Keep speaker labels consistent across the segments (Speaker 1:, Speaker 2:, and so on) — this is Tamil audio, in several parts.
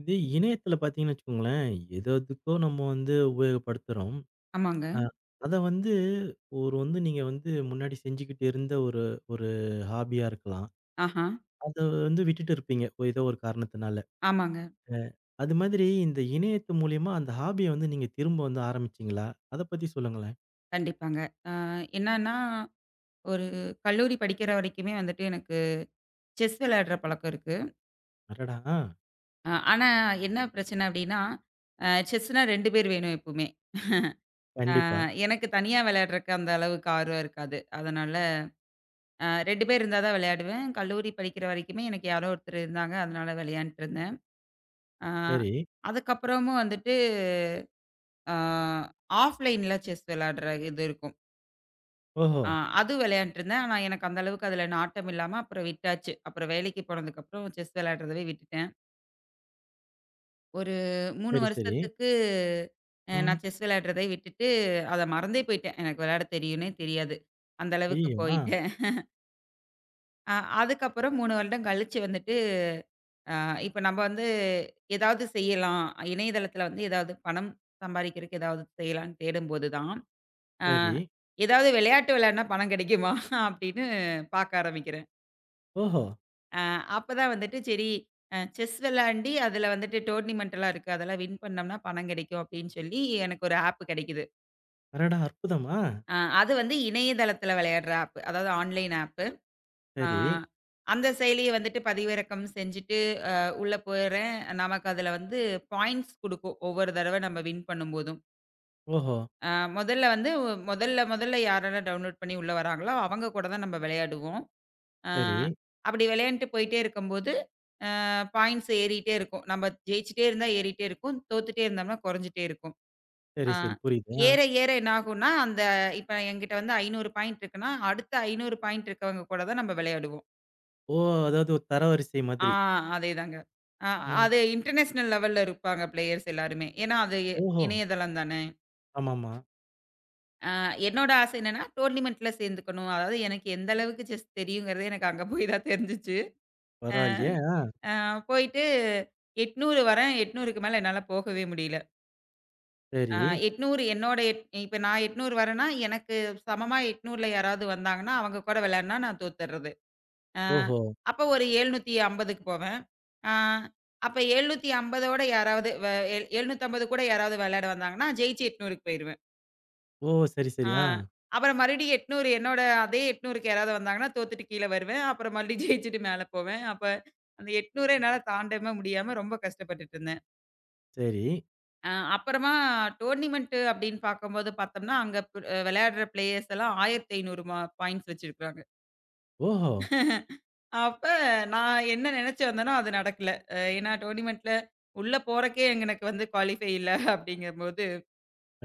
Speaker 1: இது இணையத்துல பார்த்தீங்கன்னு வச்சுக்கோங்களேன், எது எதுக்கோ நம்ம வந்து உபயோகப்படுத்துறோம்.
Speaker 2: ஆமாங்க.
Speaker 1: அ அத வந்து ஒரு நீங்க வந்து முன்னாடி செஞ்சுகிட்டு இருந்த ஒரு ஒரு ஹாபியா இருக்கலாம்.
Speaker 2: ஆஹா.
Speaker 1: அத வந்து விட்டுட்டு இருப்பீங்க. ஏதோ ஒரு காரணத்தினால.
Speaker 2: ஆமாங்க.
Speaker 1: அ அது மாதிரி இந்த இணையத்து மூலியமா அந்த ஹாபிய வந்து நீங்க திரும்ப வந்து ஆரம்பிச்சீங்களா? அத பத்தி சொல்லுங்களேன்.
Speaker 2: கண்டிப்பாங்க. ஆ என்னன்னா, ஒரு கல்லூரி படிக்கிற வரைக்குமே வந்துட்டு எனக்கு செஸ் விளையாடுற பழக்கம் இருக்கு.
Speaker 1: அடடா!
Speaker 2: ஆனா என்ன பிரச்சனை அப்டின்னா, செஸ்னா 2 பேர் வேணும் எப்பவுமே. அ
Speaker 1: கண்டிப்பா.
Speaker 2: எனக்கு தனியா விளையாடுறக்கு அந்த அளவுக்கு ஆர்வம் இருக்காது. அதனால 2 பேர் இருந்தா தான் விளையாடுவேன். கல்லூரி படிக்கிற வரைக்குமே எனக்கு யாரோ ஒருத்தர் இருந்தாங்க. அதனால விளையாண்ட்டுருந்தேன். ஆ
Speaker 1: சரி.
Speaker 2: அதுக்கப்புறமும் வந்துட்டு, ஆ ஆஃப்லைன்ல செஸ் விளையாடுற இது இருக்கும்.
Speaker 1: ஓஹோ!
Speaker 2: ஆ அது விளையாண்டுட்டுருந்தேன். ஆனா எனக்கு அந்த அளவுக்கு அதில நாட்டம் இல்லாம அப்புறம் விட்டாச்சு. அப்புறம் வேலைக்கு போனதுக்கப்புறம் செஸ் விளையாடுறதவே விட்டுட்டேன். ஒரு 3
Speaker 1: சரி, சரி.
Speaker 2: வருஷத்துக்கு
Speaker 1: ம்.
Speaker 2: நான் செஸ் விளையாடுறதை விட்டுட்டு, அத மறந்தே போயிட்டேன். எனக்கு விளையாட தெரியும்னே தெரியாது. அந்த அளவுக்கு
Speaker 1: ஐயய்யோ!
Speaker 2: போயிட்டேன். அ அதுக்கப்புறம் 3 வருடம் கழிச்சு வந்துட்டு, அ இப்ப நம்ம வந்து ஏதாவது செய்யலாம். இணையதளத்தில வந்து ஏதாவது பணம் சம்பாரிக்கிறதுக்கு ஏதாவது செய்யலான்னு தேடும்போது தான், அ
Speaker 1: சரி.
Speaker 2: ஏதாவது விளையாட்டு விளையாடுனா பணம் கிடைக்குமா? அப்படின்னு பார்க்க ஆரம்பிக்கிறேன்.
Speaker 1: ஓஹோ!
Speaker 2: அ அப்பதான் வந்துட்டு சரி செஸ் விளையாண்டி, அதுல வந்துட்டு டோர்னிமென்ட்லாம் இருக்கு. அதெல்லாம் வின் பண்ணோம்னா பணம் கிடைக்கும் அப்படின்னு சொல்லி எனக்கு ஒரு ஆப் கிடைக்குது.
Speaker 1: அடடா! அற்புதம்.
Speaker 2: அ அது வந்து இணையதளத்துல விளையாடுற ஆப். அதாவது ஆன்லைன் ஆப். அ
Speaker 1: சரி.
Speaker 2: அந்த செயலிய வந்துட்டு பதிவிறக்கம் செஞ்சுட்டு உள்ள போயிறேன். நமக்கு அதுல வந்து பாயிண்ட்ஸ் குடுக்கும். ஒவ்வொரு தடவ நம்ம வின் பண்ணும்போதும்.
Speaker 1: ஓஹோ!
Speaker 2: அ முதல்ல வந்து முதல்ல முதல்ல யாரெல்லாம் டவுன்லோட் பண்ணி உள்ள வராங்களோ, அவங்க கூட தான் நம்ம விளையாடுவோம். அ
Speaker 1: சரி.
Speaker 2: அப்படி விளையாண்ட்டு போயிட்டே இருக்கும்போது பாயிண்ட்ஸ் ஏறிட்டே இருக்கும். நம்ம ஜெயிச்சுட்டே இருந்தா ஏறிட்டே இருக்கும். தோத்துட்டே இருந்தோம்னா குறைஞ்சுட்டே இருக்கும்.
Speaker 1: சரி,
Speaker 2: ஆ
Speaker 1: சரி. புரியுது. ஆ.
Speaker 2: ஏற ஏற என்ன ஆகும்னா, அந்த இப்ப என்கிட்ட வந்து 500 பாயிண்ட் இருக்குன்னா, அடுத்த 500 பாயிண்ட் இருக்கவங்க கூட தான் நம்ம விளையாடுவோம்.
Speaker 1: ஓ! அதாவது ஒரு தரவரிசை
Speaker 2: ஆ
Speaker 1: மாதிரி.
Speaker 2: அதேதாங்க. அ
Speaker 1: ம்.
Speaker 2: அது இன்டர்நேஷனல் லெவல்ல இருப்பாங்க பிளேயர்ஸ் எல்லாருமே. ஏன்னா அது
Speaker 1: ஓஹோ!
Speaker 2: இணையதளம் தானே.
Speaker 1: ஆமாமா.
Speaker 2: அ என்னோட ஆசை என்னன்னா, டோர்னிமென்ட்ல சேர்ந்துக்கணும். அதாவது எனக்கு எந்த அளவுக்கு செஸ் தெரியுங்கிறதே எனக்கு அங்க போய் தான் தெரிஞ்சுச்சு. அ
Speaker 1: பரவாயில்லையே!
Speaker 2: அ போயிட்டு 800 வரேன். 800க்கு மேல என்னால போகவே முடியல. ஆ
Speaker 1: சரி.
Speaker 2: 800 என்னோட எட் இப்ப நான் 800 வரேன்னா, எனக்கு சமமா 800ல யாராவது வந்தாங்கன்னா, அவங்க கூட விளையாடுனா நான் தோத்துடுறது. ஆ
Speaker 1: ஓஹோ!
Speaker 2: அப்ப ஒரு 750க்கு போவேன். ஆ அப்ப 750ஓட யாராவது வ எழ் 750 கூட யாராவது விளையாட வந்தாங்கன்னா, ஜெயிச்சு 800க்கு போயிருவேன்.
Speaker 1: ஓ! சரி, சரி.
Speaker 2: ஆ
Speaker 1: ஆ.
Speaker 2: அப்புறம் மறுபடியும் 800 என்னோட அதே 800க்கு யாராவது வந்தாங்கன்னா, தோத்துட்டு கீழ வருவேன். அப்புறம் மறுபடியும் ஜெயிச்சுட்டு மேல போவேன். அப்ப அந்த 800 என்னால தாண்டவே முடியாம ரொம்ப கஷ்டப்பட்டுட்டு இருந்தேன்.
Speaker 1: சரி.
Speaker 2: அப்புறமா டோர்னிமென்ட் அப்படின்னு பார்க்கும்போது பார்த்தோம்னா, அங்க பு விளையாடுற பிளேயர்ஸ் எல்லாம் 1500 மா பாயிண்ட்ஸ் வச்சிருக்காங்க.
Speaker 1: ஓஹோ!
Speaker 2: அப்ப நான் என்ன நினைச்சு வந்தேனோ அது நடக்கல. ஏன்னா டோர்னிமென்ட்ல உள்ள போறக்கே எனக்கு வந்து குவாலிஃபை இல்ல அப்படிங்கும்போது,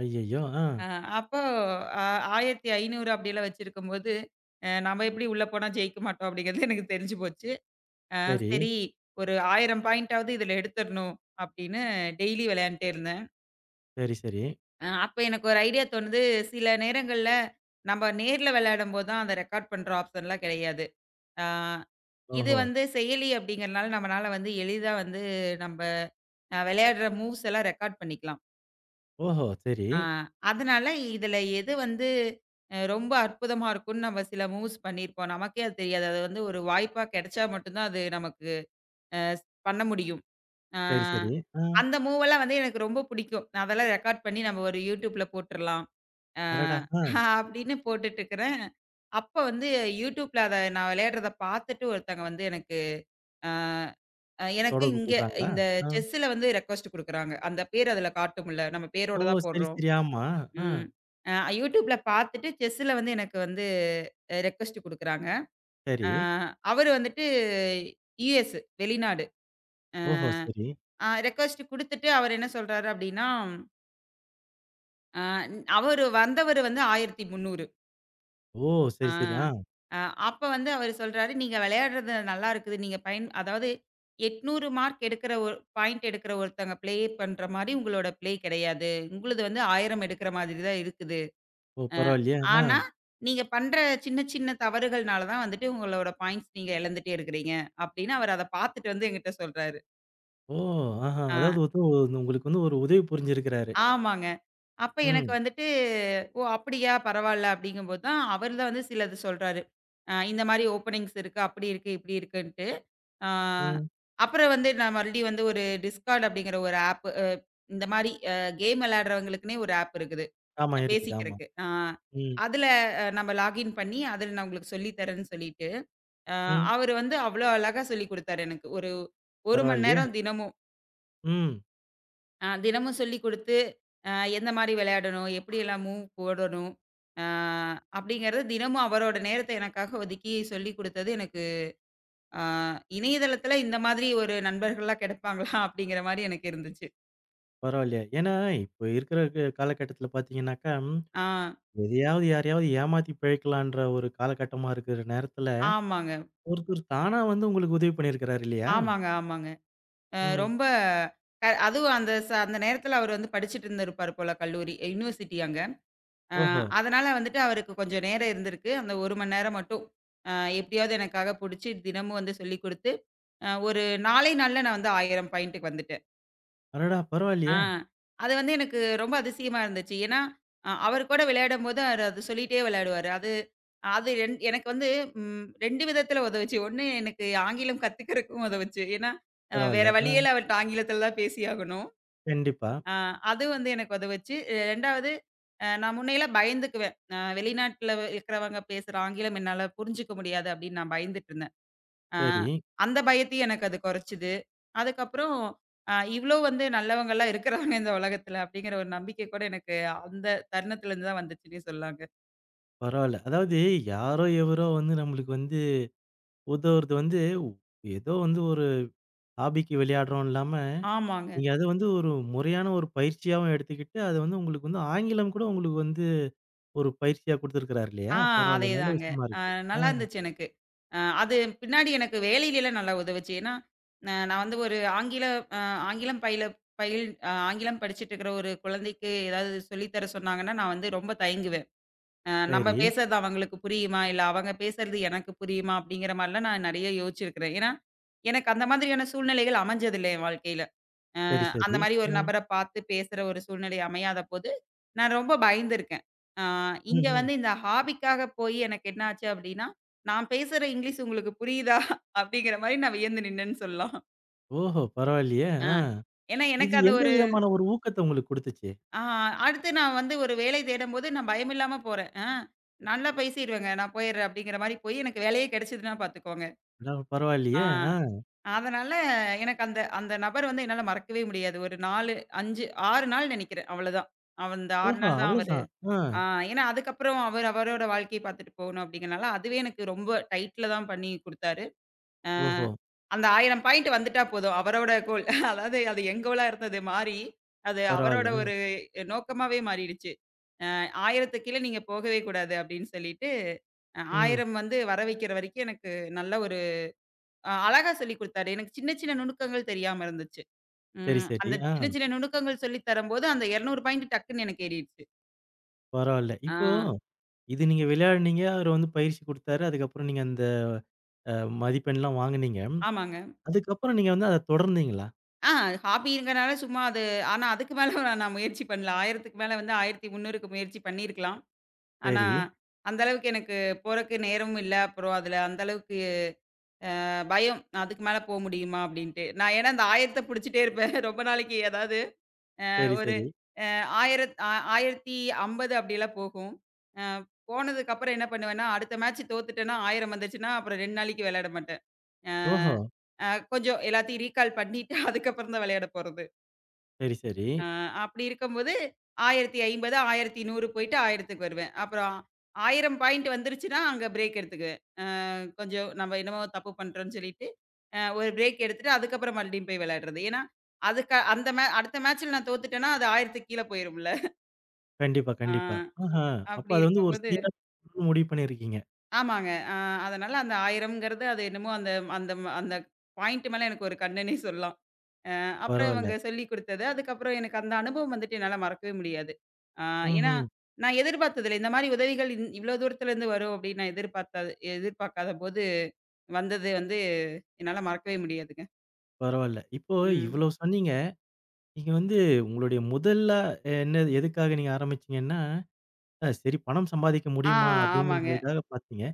Speaker 1: ஐயய்யோ! ஆ.
Speaker 2: அ அப்போ அ 1500 அப்படிலாம் வச்சிருக்கும்போது, நம்ம எப்படி உள்ள போனா ஜெயிக்க மாட்டோம் அப்படிங்கிறது எனக்கு தெரிஞ்சு போச்சு. அ
Speaker 1: சரி,
Speaker 2: சரி ஒரு 1000 பாயிண்டாவது இதுல எடுத்துறணும் அப்படின்னு டெய்லி விளையாண்டுட்டே இருந்தேன்.
Speaker 1: சரி, சரி.
Speaker 2: அப்ப எனக்கு ஒரு ஐடியா தோணுது. சில நேரங்கள்ல நம்ம நேர்ல விளையாடும்போது தான் அந்த ரெக்கார்ட் பண்ற ஆப்ஷன்லாம் கிடையாது. ஆ இது
Speaker 1: ஓஹோ!
Speaker 2: வந்து செயலி அப்படிங்கிறனால நம்மனால வந்து எளிதா வந்து நம்ப விளையாடுற மூவ்ஸ் எல்லாம் ரெக்கார்ட் பண்ணிக்கலாம்.
Speaker 1: ஓஹோ! சரி,
Speaker 2: ஆ அதனால இதுல எது வந்து ரொம்ப அற்புதமா இருக்கும்னு நம்ம சில மூவ்ஸ் பண்ணியிருப்போம். நமக்கே அது தெரியாது. அது வந்து ஒரு வாய்ப்பா கிடைச்சா மட்டும் தான் அது நமக்கு அ பண்ண முடியும். ஆ.
Speaker 1: சரி, சரி. ஆ.
Speaker 2: அந்த மூவெல்லாம் வந்து எனக்கு ரொம்ப பிடிக்கும். நான் அதெல்லாம் ரெக்கார்ட் பண்ணி நம்ம ஒரு YouTubeல போட்டுறலாம். ஆ
Speaker 1: அடடா! ஆ.
Speaker 2: அப்படின்னு போட்டுட்டுருக்கிறேன். அப்ப வந்து YouTubeல அத நான் விளையாடுறத பார்த்துட்டு ஒருத்தங்க வந்து எனக்கு ஆ அ எனக்கு
Speaker 1: தொடர்பு
Speaker 2: இங்க
Speaker 1: கொள்றாங்களா?
Speaker 2: இந்த
Speaker 1: ஆ.
Speaker 2: செஸ்ஸுல வந்து ரெக்வெஸ்ட் குடுக்குறாங்க. அந்த பேர் அதுல காட்டும்ல. நம்ம பேரோட
Speaker 1: ஓ!
Speaker 2: தான்
Speaker 1: சரி,
Speaker 2: போடுறோம்.
Speaker 1: சரி. ஆமா. ஆ.
Speaker 2: ம். அ YouTubeல பார்த்துட்டு செஸ்ஸுல வந்து எனக்கு வந்து ரெக்வெஸ்ட் குடுக்குறாங்க.
Speaker 1: சரி.
Speaker 2: ஆ அவரு வந்துட்டு யுஎஸ் வெளிநாடு.
Speaker 1: ஓஹோ! சரி.
Speaker 2: ரெக்வெஸ்ட் குடுத்துட்டு அவரு என்ன சொல்றாரு அப்டின்னா, அ அவரு வந்து 1300.
Speaker 1: ஓ!
Speaker 2: ஆ
Speaker 1: சரி, சரி. ஆ.
Speaker 2: அ அப்ப வந்து அவரு சொல்றாரு, "நீங்க விளையாடுறது நல்லா இருக்குது. நீங்க பயன் அதாவது 800 மார்க் எடுக்கிற ஒரு பாயிண்ட் எடுக்கிற ஒருத்தங்க ப்ளே பண்ற மாரி உங்களோட ப்ளே கிடையாது. உங்களுது வந்து 1000 எடுக்கிற மாதிரி தான் இருக்குது.
Speaker 1: ஓ!
Speaker 2: அ
Speaker 1: பரவாயில்லையே! ஆ.
Speaker 2: ஆனா, நீங்க பண்ற சின்ன சின்ன தவறுகள்னால தான் வந்துட்டு உங்களோட பாயிண்ட்ஸ் நீங்க இழந்துட்டே இருக்கிறீங்க." அப்டின்னு அவர் அத பார்த்துட்டு வந்து என்கிட்ட சொல்றாரு.
Speaker 1: ஓ! ஆஹா.
Speaker 2: ஆ
Speaker 1: அதாவது வந்து உங்களுக்கு வந்து ஒரு உதவி புரிஞ்சிருக்கிறாரு.
Speaker 2: ஆமாங்க. அப்ப எனக்கு
Speaker 1: ம்,
Speaker 2: வந்துட்டு, "ஓ! அப்படியா பரவால்ல." அப்படிங்கும்போது தான் அவர் தான் வந்து சிலது சொல்றாரு. இந்த மாரி ஓப்பனிங்ஸ் இருக்கு, அப்படி இருக்கு, இப்படி இருக்குன்ட்டு. ஆ
Speaker 1: ம்.
Speaker 2: அப்புறம் வந்து நான் மறுபடியும் வந்து ஒரு Discord அப்படிங்கிற ஒரு ஆப். அ இந்த மாரி அ கேம் விளையாடுறவங்களுக்குன்னே ஒரு ஆப் இருக்குது.
Speaker 1: ஆமா இருக்குது. ஆமா.
Speaker 2: பேசிக்கிறக்கு.
Speaker 1: ம்,
Speaker 2: அதுல நம்ம லாகின் பண்ணி, அதுல நான் உங்களுக்கு சொல்லி தரேன்னு சொல்லிட்டு, அ
Speaker 1: ம்.
Speaker 2: அவரு வந்து அவ்வளோ அழகா சொல்லிக் குடுத்தாரு எனக்கு. ஒரு 1 மணி
Speaker 1: பரவாயில்லையே!
Speaker 2: நேரம் தினமும்.
Speaker 1: ம்.
Speaker 2: தினமும் சொல்லிக் குடுத்து, அ எந்த மாரி விளையாடணும்? எப்படியெல்லாம் மூவ் போடணும்? அ அப்படிங்கிறது தினமும் அவரோட நேரத்த எனக்காக ஒதுக்கி சொல்லிக் குடுத்தது எனக்கு அ இணையதளத்துல இந்த மாதிரி ஒரு நண்பர்கள்லாம் கிடைப்பாங்களா? அப்படிங்கிற மாரி எனக்கு இருந்துச்சு.
Speaker 1: பரவாயில்லையே! ஏன்னா, இப்ப இருக்கிற காலகட்டத்தில பார்த்தீங்கன்னாக்கா,
Speaker 2: ஆ
Speaker 1: எதையாவது யாரையாவது ஏமாத்தி பிழைக்கலான்ற ஒரு காலகட்டமா இருக்கிற நேரத்தில,
Speaker 2: ஆமாங்க.
Speaker 1: ஒருத்தர் தானா வந்து உங்களுக்கு உதவி பண்ணியிருக்கிறாரு இல்லையா?
Speaker 2: ஆமாங்க. அ
Speaker 1: ம்.
Speaker 2: ரொம்ப அ அதுவும் அந்த நேரத்துல அவர் வந்து படிச்சுட்டு இருந்திருப்பார் போல கல்லூரி, யுனிவர்சிட்டி அங்க. அ
Speaker 1: ஓஹோ!
Speaker 2: அதனால வந்துட்டு அவருக்கு கொஞ்சம் நேரம் இருந்திருக்கு. அந்த 1 மணி நேரம் மட்டும் அ எப்படியாவது எனக்காக புடிச்சு தினமும் வந்து சொல்லிக் குடுத்து ஒரு நாள்ல நான் வந்து 1000 பாயிண்ட்டுக்கு வந்துட்டேன்.
Speaker 1: அடடா!
Speaker 2: ஆ
Speaker 1: பரவாயில்லையே!
Speaker 2: அது வந்து எனக்கு ரொம்ப அதிசயமா இருந்துச்சு. ஏன்னா, அவர் கூட விளையாடும்போது அவரு அது சொல்லிட்டே விளையாடுவாரு. அது அது எனக்கு வந்து 2 விதத்தில உதவுச்சு. ஒண்ணு எனக்கு ஆங்கிலம் கத்துக்கிறதுக்கும் உதவுச்சு. ஏன்னா, வேற
Speaker 1: பரவால்ல.
Speaker 2: வழியே இல்ல அவர்ட்ட ஆங்கிலத்தில தான் பேசியாகணும்.
Speaker 1: கண்டிப்பா.
Speaker 2: அ அது வந்து எனக்கு உதவுச்சு. 2வது நான் முன்னையெல்லாம் பயந்துக்குவேன். வெளிநாட்ல இருக்கிறவங்க பேசுற ஆங்கிலம் என்னால புரிஞ்சுக்க முடியாது அப்படின்னு நான் பயந்துட்டு இருந்தேன். அ
Speaker 1: சரி.
Speaker 2: அந்த பயத்தையும் எனக்கு அது குறைச்சது. அதுக்கப்புறம் இவ்ளோ வந்து நல்லவங்கலாம் இருக்கிறாங்க இந்த உலகத்துல அப்படிங்கிற ஒரு நம்பிக்கை கூட எனக்கு அந்த தருணத்துலருந்து தான் வந்துச்சுன்னே சொல்லாங்க.
Speaker 1: பரவால்ல. அதாவது யாரோ எவரோ வந்து நம்மளுக்கு வந்து உதவுறது வந்து, உ- ஏதோ வந்து ஒரு ஹாபிக்கு விளையாடுறோம் இல்லாம,
Speaker 2: ஆமாங்க.
Speaker 1: நீங்க அத வந்து ஒரு முறையான ஒரு பயிற்சியாவும் எடுத்துக்கிட்டு, அது வந்து உங்களுக்கு வந்து ஆங்கிலம் கூட உங்களுக்கு வந்து ஒரு பயிற்சியா குடுத்திருக்கிறார் இல்லையா?
Speaker 2: ஆ
Speaker 1: பரவால்ல. நல்ல
Speaker 2: அதேதாங்க.
Speaker 1: விஷயமா
Speaker 2: அ
Speaker 1: இருக்கு. ஆ
Speaker 2: நல்லா இருந்துச்சு எனக்கு. அது பின்னாடி எனக்கு வேலையிலலாம் நல்லா உதவுச்சு. ஏன்னா, நான் வந்து ஒரு அ ஆங்கிலம் பயில பயில் அ ஆங்கிலம் படிச்சுட்டு இருக்கிற ஒரு குழந்தைக்கு ஏதாவது சொல்லி தர சொன்னாங்கன்னா, நான் வந்து ரொம்ப தயங்குவேன். நம்ம
Speaker 1: சரி,
Speaker 2: பேசுறது அவங்களுக்கு புரியுமா? இல்ல அவங்க பேசுறது எனக்கு புரியுமா? அப்படிங்கிற மாரிலாம் நான் நெறைய யோசிச்சிருக்கிறேன். ஏன்னா, எனக்கு அந்த மாதிரியான சூழ்நிலைகள் அமைஞ்சதில்ல என் வாழ்க்கையில. அ
Speaker 1: சரி,
Speaker 2: அந்த
Speaker 1: சரி.
Speaker 2: மாரி ஒரு
Speaker 1: ஆ.
Speaker 2: நபர பார்த்து பேசுற ஒரு சூழ்நிலை அமையாதபோது, நான் ரொம்ப பயந்துருக்கேன். அ
Speaker 1: ம்,
Speaker 2: இங்க
Speaker 1: ம்.
Speaker 2: வந்து இந்த ஹாபிக்காக போய் எனக்கு என்ன ஆச்சு அப்படின்னா, நான் பேசுற இங்கிலீஷ் உங்களுக்கு புரியுதா? அப்படிங்கிற மாரி நான் வியந்து நின்னேன்னு சொல்லலாம்.
Speaker 1: ஓஹோ! பரவாயில்லையே!
Speaker 2: அ
Speaker 1: ஆ.
Speaker 2: ஏன்னா
Speaker 1: இது
Speaker 2: எனக்கு அது
Speaker 1: எந்த விதமான ஒரு ஊக்கத்த உங்களுக்கு குடுத்துச்சு?
Speaker 2: ஆ அடுத்து நான் வந்து ஒரு வேலை தேடும்போது நான் பயமில்லாம போறேன். நல்லா பேசிருவேங்க. நான் போயிடுறேன் அப்படிங்கிற மாரி போய் எனக்கு வேலையே கிடைச்சதுன்னா பார்த்துக்கோங்க.
Speaker 1: அதாவது
Speaker 2: ஆ
Speaker 1: பரவாயில்லையே! ஆ.
Speaker 2: அதனால எனக்கு அந்த அந்த நபர் வந்து என்னால மறக்கவே முடியாது. ஒரு 4, 5, 6 நாள் நினைக்கிறேன். அவ்வளோதான். அந்த 6
Speaker 1: ஓஹோ!
Speaker 2: நாள் தான் அவரு.
Speaker 1: அவ்வளதான். ஆ.
Speaker 2: ஆ ஏன்னா அதுக்கப்புறம் அவர் அவரோட வாழ்க்கைய பார்த்துட்டு போகணும் அப்படிங்கிறனால, அதுவே எனக்கு ரொம்ப டைட்ல தான் பண்ணி குடுத்தாரு. ஆ
Speaker 1: ஓஹோ!
Speaker 2: அந்த 1000 பாயிண்ட் வந்துட்டா போதும். அவரோட கோல். அதாவது அது என் கோலா இருந்தது மாறி, அது
Speaker 1: பரவால்ல.
Speaker 2: அவரோட
Speaker 1: அ.
Speaker 2: ஒரு நோக்கமாவே மாறிடுச்சு. 1000த்துக்கு கீழ நீங்க போகவே கூடாது அப்படின்னு சொல்லிட்டு,
Speaker 1: ம்.
Speaker 2: 1000 வந்து வர வைக்கிற வரைக்கும் எனக்கு நல்ல ஒரு அழகா சொல்லிக் குடுத்தாரு. எனக்கு சின்ன சின்ன நுணுக்கங்கள் தெரியாம இருந்துச்சு.
Speaker 1: சரி,
Speaker 2: ம்.
Speaker 1: சரி.
Speaker 2: அந்த
Speaker 1: ஆ.
Speaker 2: சின்ன சின்ன நுணுக்கங்கள் சொல்லி தரும்போது அந்த 200 பாயிண்ட் டக்குன்னு எனக்கு ஏறிடுச்சு.
Speaker 1: பரவால்ல.
Speaker 2: ஆ.
Speaker 1: இப்போ இது நீங்க விளையாடுனீங்க. அவரு வந்து பயிற்சி குடுத்தாரு. அதுக்கப்புறம் நீங்க அந்த அ மதிப்பெண்லாம் வாங்குனீங்க.
Speaker 2: ஆமாங்க.
Speaker 1: அதுக்கப்புறம் நீங்க வந்து அத தொடர்ந்தீங்களா?
Speaker 2: ஆ ஹாபிங்கிறனால சும்மா அது. ஆனா அதுக்கு மேல நான் நான் முயற்சி பண்ணல. 1000த்துக்கு மேல வந்து 1300க்கு முயற்சி பண்ணியிருக்கலாம். ஆனா,
Speaker 1: சரி,
Speaker 2: அந்த அளவுக்கு எனக்கு போறக்கு நேரமும் இல்ல. அப்புறம் அதுல அந்த அளவுக்கு பயம். அதுக்கு மேல போ முடியுமா அப்படின்ட்டு. நான் ஏன்னா அந்த 1000த்த புடிச்சுட்டே இருப்பேன். ரொம்ப நாளைக்கு ஏதாவது
Speaker 1: சரி,
Speaker 2: ஒரு
Speaker 1: சரி.
Speaker 2: அ ஆயிரத் அ 1050 அப்படிலாம் போகும். அ போனதுக்கப்புறம் என்ன பண்ணுவேன்னா, அடுத்த மேட்ச் தோத்துட்டேன்னா 1000 வந்துச்சுன்னா, அப்புறம் 2 நாளைக்கு விளையாட மாட்டேன். அ
Speaker 1: ஓஹோ!
Speaker 2: அ கொஞ்சம் எல்லாத்தையும் ரீகால் பண்ணிட்டு அதுக்கப்புறம் தான் விளையாட போறது.
Speaker 1: சரி, சரி.
Speaker 2: அ அப்படி இருக்கும்போது 1050, 1100 போயிட்டு 1000க்கு வருவேன். அப்புறம் 1000 பாயிண்ட் வந்துருச்சுன்னா, அங்க பிரேக் எடுத்துக்குவேன். கொஞ்சம் நம்ம என்னமோ தப்பு பண்றோம்ன்னு சொல்லிட்டு, ஒரு பிரேக் எடுத்துட்டு அதுக்கப்புறம் மறுபடியும் போய் விளையாடுறது. ஏன்னா, அதுக்கு அந்த மே அடுத்த மேட்ச்ல நான் தோத்துட்டேன்னா, அது 1000க்கு கீழ போயிரும்ல.
Speaker 1: கண்டிப்பா,
Speaker 2: ஆ.
Speaker 1: கண்டிப்பா. ஆஹா! அப்ப
Speaker 2: அப்படி
Speaker 1: அது வந்து ஒரு
Speaker 2: இருக்கும்போது
Speaker 1: சீரா முடிவு பண்ணியிருக்கீங்க.
Speaker 2: ஆமாங்க. அதனால அந்த 1000ங்கிறது அது என்னமோ அந்த அந்த ம- அந்த பாயிண்ட் மேல எனக்கு ஒரு கண்ணுன்னே சொல்லலாம். அ அப்புறம்
Speaker 1: பரவால்ல.
Speaker 2: இவங்க சொல்லிக் குடுத்தது. அதுக்கப்புறம் எனக்கு அந்த அனுபவம் வந்துட்டு என்னால மறக்கவே முடியாது. அ ஏன்னா,
Speaker 1: ம்ஹ்ம்.
Speaker 2: நான் எதிர்பார்த்தது இல்ல. இந்த மாரி உதவிகள் இவ்வளோ தூரத்துலருந்து வரும் அப்படின்னு நான் எதிர்பார்த்தாது. எதிர்பார்க்காதபோது வந்தது வந்து என்னால மறக்கவே முடியாதுங்க.
Speaker 1: பரவால்ல. இப்போ
Speaker 2: ம்.
Speaker 1: இவ்வளோ சொன்னீங்க. நீங்க வந்து உங்களுடைய என்ன எதுக்காக நீங்க ஆரம்பிச்சீங்கன்னா, சரி பணம் சம்பாதிக்க
Speaker 2: ஆ
Speaker 1: முடியுமா?
Speaker 2: ஆமாங்க.
Speaker 1: அப்படின்றதுக்காக பார்த்தீங்க.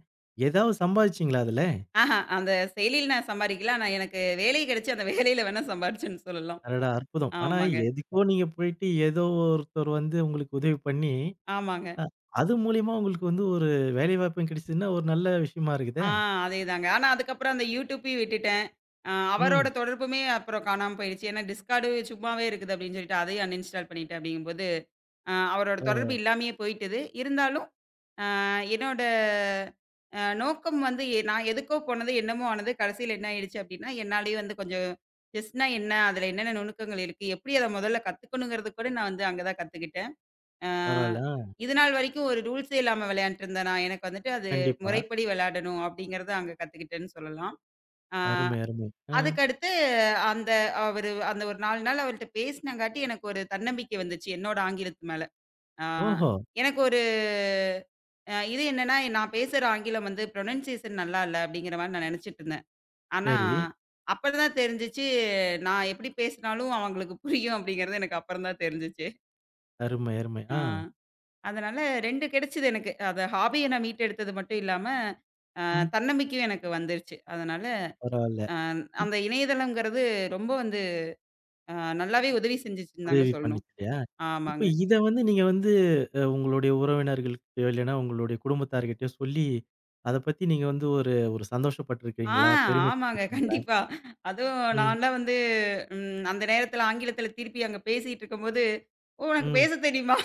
Speaker 1: ஏதாவது சம்பாதிச்சீங்களா அதுல?
Speaker 2: ஆஹா, அந்த செயலியில நான் சம்பாரிக்கல. ஆனா எனக்கு வேலை கிடைச்சு அந்த வேலையில வேணா சம்பாரிச்சேன்னு சொல்லலாம்.
Speaker 1: அடடா! அற்புதம். ஆனா
Speaker 2: ஆமாங்க,
Speaker 1: எதுக்கோ நீங்க போயிட்டு ஏதோ ஒருத்தர் வந்து உங்களுக்கு உதவி பண்ணி,
Speaker 2: ஆமாங்க.
Speaker 1: அ அது மூலியமா உங்களுக்கு வந்து ஒரு வேலைவாய்ப்பும் கிடைச்சதுன்னா, ஒரு நல்ல விஷயமா இருக்குதே!
Speaker 2: ஆ அதேதாங்க. ஆனா அதுக்கப்புறம் அந்த யூடியூப்பயும் விட்டுட்டேன். அவரோட
Speaker 1: ம்.
Speaker 2: தொடர்புமே அப்புறம் காணாம போயிருச்சு. ஏன்னா டிஸ்கார்டு சும்மாவே இருக்குது அப்படின்னு சொல்லிட்டு அதையும் அன்இன்ஸ்டால் பண்ணிட்டேன் அப்படிங்கும்போது, அவரோட
Speaker 1: ஓஹோ!
Speaker 2: தொடர்பு இல்லாமயே போயிட்டது. இருந்தாலும் அ என்னோட நோக்கம் வந்து நான் எதுக்கோ போனது, என்னமோ ஆனது. கடைசியில என்ன ஆயிடுச்சு அப்படின்னா, என்னாலேயே வந்து கொஞ்சம் செஸ்னா என்ன? அதில என்னென்ன நுணுக்கங்கள் இருக்கு? எப்படி அத முதல்ல கத்துக்கணுங்கிறது கூட நான் வந்து அங்க தான் கத்துக்கிட்டேன். அ
Speaker 1: பரவால்ல. ஆ.
Speaker 2: இதுநாள் வரைக்கும் ஒரு ரூல்ஸே இல்லாம விளையாண்டுட்டுருந்தேன் நான். எனக்கு வந்துட்டு அது
Speaker 1: கண்டிப்பா.
Speaker 2: முறைப்படி விளையாடணும் அப்படிங்கிறத அங்க கத்துக்கிட்டேன்னு சொல்லலாம். ஆ
Speaker 1: அருமை, அருமை. ஆ.
Speaker 2: அதுக்கடுத்து அந்த அவரு அந்த ஒரு 4 நாள் அவர்ட்ட பேசினங்காட்டி எனக்கு ஒரு தன்னம்பிக்கை வந்துச்சு என்னோட ஆங்கிலத்து மேல. ஆ
Speaker 1: ஓஹோ!
Speaker 2: எனக்கு ஒரு இது என்னன்னா, நான் பேசுற ஆங்கிலம் வந்து ப்ரொனன்சியேஷன் நல்லா இல்ல அப்படிங்கிற மாரி நான் நெனச்சுட்டுருந்தேன். ஆனா
Speaker 1: சரி.
Speaker 2: அப்பறம் தான் தெரிஞ்சுச்சு நான் எப்படி பேசினாலும் அவங்களுக்கு புரியும் அப்படிங்கிறது எனக்கு அப்பறம் தான் தெரிஞ்சுச்சு.
Speaker 1: அருமை, அருமை.
Speaker 2: ஆ.
Speaker 1: ஆ.
Speaker 2: அதனால 2 கிடைச்சது எனக்கு. அது ஹாபிய நான் மீட்டெடுத்தது மட்டும் இல்லாம, அ
Speaker 1: ம்.
Speaker 2: தன்னம்பிக்கையும் எனக்கு வந்துருச்சு. அதனால
Speaker 1: பரவால்ல.
Speaker 2: அ
Speaker 1: இப்
Speaker 2: அந்த இணையதளம்ங்கிறது ரொம்ப வந்து அ நல்லாவே உதவி செஞ்சுச்சுன்னு தாங்க
Speaker 1: உதவி
Speaker 2: சொல்லணும்.
Speaker 1: பண்ணுச்சு இல்லையா? இப்ப
Speaker 2: ஆமாங்க.
Speaker 1: இத வந்து நீங்க வந்து உங்களுடைய உறவினர்கள்கிட்டயோ, இல்லைன்னா உங்களுடைய குடும்பத்தார்கிட்டயோ சொல்லி, அத பத்தி நீங்க வந்து ஒரு ஒரு
Speaker 2: ஆ
Speaker 1: சந்தோஷப்பட்டுருக்கீங்களா?
Speaker 2: ஆமாங்க.
Speaker 1: பெருமைப்பட்டுருக்கீங்களா?
Speaker 2: கண்டிப்பா. அதுவும்
Speaker 1: ம்,
Speaker 2: நான்லாம் வந்து அந்த நேரத்தில ஆங்கிலத்தில திருப்பி அங்க பேசிட்டு இருக்கும்போது, "ஓ! உனக்கு
Speaker 1: ம்.
Speaker 2: பேச தெரியுமா?"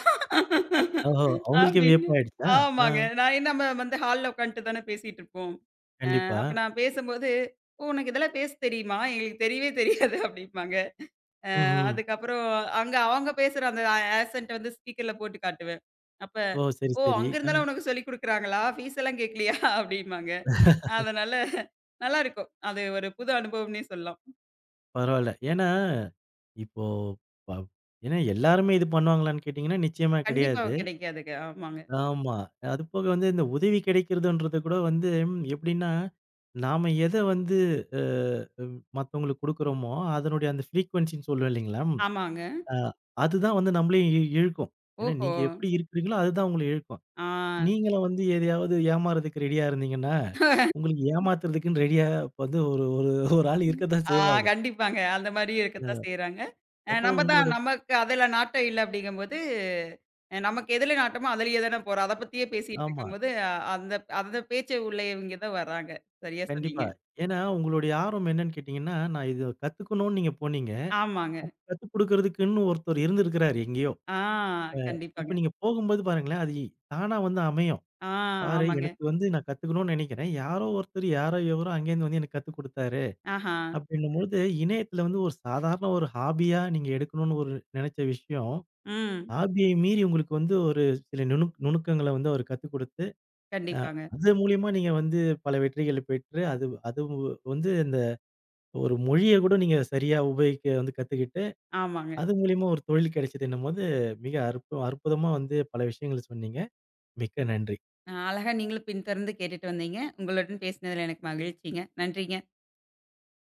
Speaker 1: ஓஹோ! அவங்களுக்கே
Speaker 2: அப்படின்னு.
Speaker 1: வியப்பாயிடுச்சா? ஆ.
Speaker 2: ஆமாங்க. நான் என்ன, நம்ம வந்து ஹால்ல உட்காந்துட்டு தானே பேசிட்டு இருப்போம்.
Speaker 1: கண்டிப்பா.
Speaker 2: அப்ப நான் பேசும்போது, "ஓ! உனக்கு இதெல்லாம் பேச தெரியுமா? எங்களுக்கு தெரியவே தெரியாது" அப்படிம்பாங்க.
Speaker 1: ம்ஹ்ம்.
Speaker 2: அதுக்கப்புறம் அங்க அவங்க பேசுற அந்த ஆக்சென்ட் வந்து ஸ்பீக்கர்ல போட்டு காட்டுவேன். அப்ப,
Speaker 1: ஓ! சரி,
Speaker 2: "ஓ!
Speaker 1: சரி.
Speaker 2: அங்க
Speaker 1: ஆ.
Speaker 2: இருந்தாலும் உனக்கு சொல்லிக் குடுக்குறாங்களா? ஃபீஸ் எல்லாம் கேட்கலையா?" அப்படிம்பாங்க. அதனால நல்லாருக்கும். அது ஒரு புது அனுபவம்னே சொல்லலாம்.
Speaker 1: பரவால்ல. ஏன்னா, இப்போ பவ் ஏன்னா எல்லாருமே இது பண்ணுவாங்களான்னு கேட்டீங்கன்னா, நிச்சயமா
Speaker 2: கண்டிப்பா
Speaker 1: கிடையாது.
Speaker 2: கிடைக்காதுங்க. ஆமாங்க.
Speaker 1: ஆமா. அதுபோக வந்து இந்த உதவி கிடைக்கிறதுன்றது கூட வந்து எப்படின்னா, நாம எத வந்து அ ம் மத்தவங்களுக்கு குடுக்குறோமோ, அதனுடைய அந்த ஃப்ரீக்வென்சின்னு சொல்லுவோம் இல்லைங்களா?
Speaker 2: ஆமாங்க.
Speaker 1: அ அதுதான் வந்து நம்மளையும் இழுக்கும். ஏன்னா
Speaker 2: ஓஹோ!
Speaker 1: நீங்க எப்படி இருக்கிறீங்களோ, அதுதான் உங்கள இழுக்கும்.
Speaker 2: ஆ,
Speaker 1: நீங்களும் வந்து எதையாவது ஏமாறதுக்கு ரெடியா இருந்தீங்கன்னா, உங்களுக்கு ஏமாத்துறதுக்குன்னு ரெடியா இப்ப வந்து ஒரு ஒரு ஒரு ஆள் இருக்கத்தான்
Speaker 2: ஆ
Speaker 1: செய்வாங்க.
Speaker 2: கண்டிப்பாங்க. அந்த மாரி இருக்கத்தான்
Speaker 1: ம்.
Speaker 2: செய்றாங்க.
Speaker 1: அப்போ
Speaker 2: நம்ம
Speaker 1: உங்களோட
Speaker 2: தான் நமக்கு அதுல நாட்டம் இல்ல அப்படிங்கும்போது, நமக்கு எதுல நாட்டமோ அதுலயே தானே போறோம். அத பத்தியே பேசிட்டு
Speaker 1: ஆமா.
Speaker 2: இருக்கும்போது, அ- அந்த அந்த பேச்சு உள்ளவங்க தான் வர்றாங்க. சரியா சொன்னீங்க.
Speaker 1: கண்டிப்பா. ஏன்னா உங்களுடைய ஆர்வம் என்னன்னு கேட்டீங்கன்னா, நான் இத கத்துக்கணும்னு நீங்க போனீங்க.
Speaker 2: ஆமாங்க.
Speaker 1: கத்துக் குடுக்குறதுக்குன்னு ஒருத்தர் இருந்திருக்கிறாரு எங்கேயோ.
Speaker 2: ஆ,
Speaker 1: இப்ப
Speaker 2: கண்டிப்பாங்க.
Speaker 1: நீங்க போகும்போது பாருங்களேன், அது தானா வந்து அமையும்.
Speaker 2: ஆ,
Speaker 1: பாரு
Speaker 2: ஆமாங்க.
Speaker 1: எனக்கு வந்து நான் கத்துக்கணும்னு நெனைக்கிறேன். யாரோ ஒருத்தர் யாரோ எவரோ அங்கேருந்து வந்து எனக்கு கத்துக் குடுத்தாரு.
Speaker 2: ஆஹா.
Speaker 1: அப்டின்னும்பொழுது இணையத்துல வந்து ஒரு சாதாரண ஒரு ஹாபியா நீங்க எடுக்கணும்னு ஒரு நெனைச்ச விஷயம்,
Speaker 2: ம்.
Speaker 1: ஹாபிய மீறி உங்களுக்கு வந்து ஒரு சில நுணுக்கங்கள வந்து அவர் கத்துக் குடுத்து, அ
Speaker 2: கண்டிப்பாங்க.
Speaker 1: அது மூலியமா நீங்க வந்து பல வெற்றிகள் பெற்று, அது அது வந்து இந்த ஒரு மொழிய கூட நீங்க சரியா உபயோகிக்க வந்து கத்துக்கிட்டு
Speaker 2: ஆமாங்க.
Speaker 1: அது மூலியமா ஒரு தொழில் கிடைச்சதுன்னும்போது, மிக அற்புதமா வந்து பல விஷயங்கள் சொன்னீங்க. மிக்க நன்றி.
Speaker 2: அழகா நீங்களும் பின்தொடர்ந்து கேட்டுட்டு வந்தீங்க. உங்களுடன் பேசினதுல எனக்கு மகிழ்ச்சிங்க. நன்றிங்க.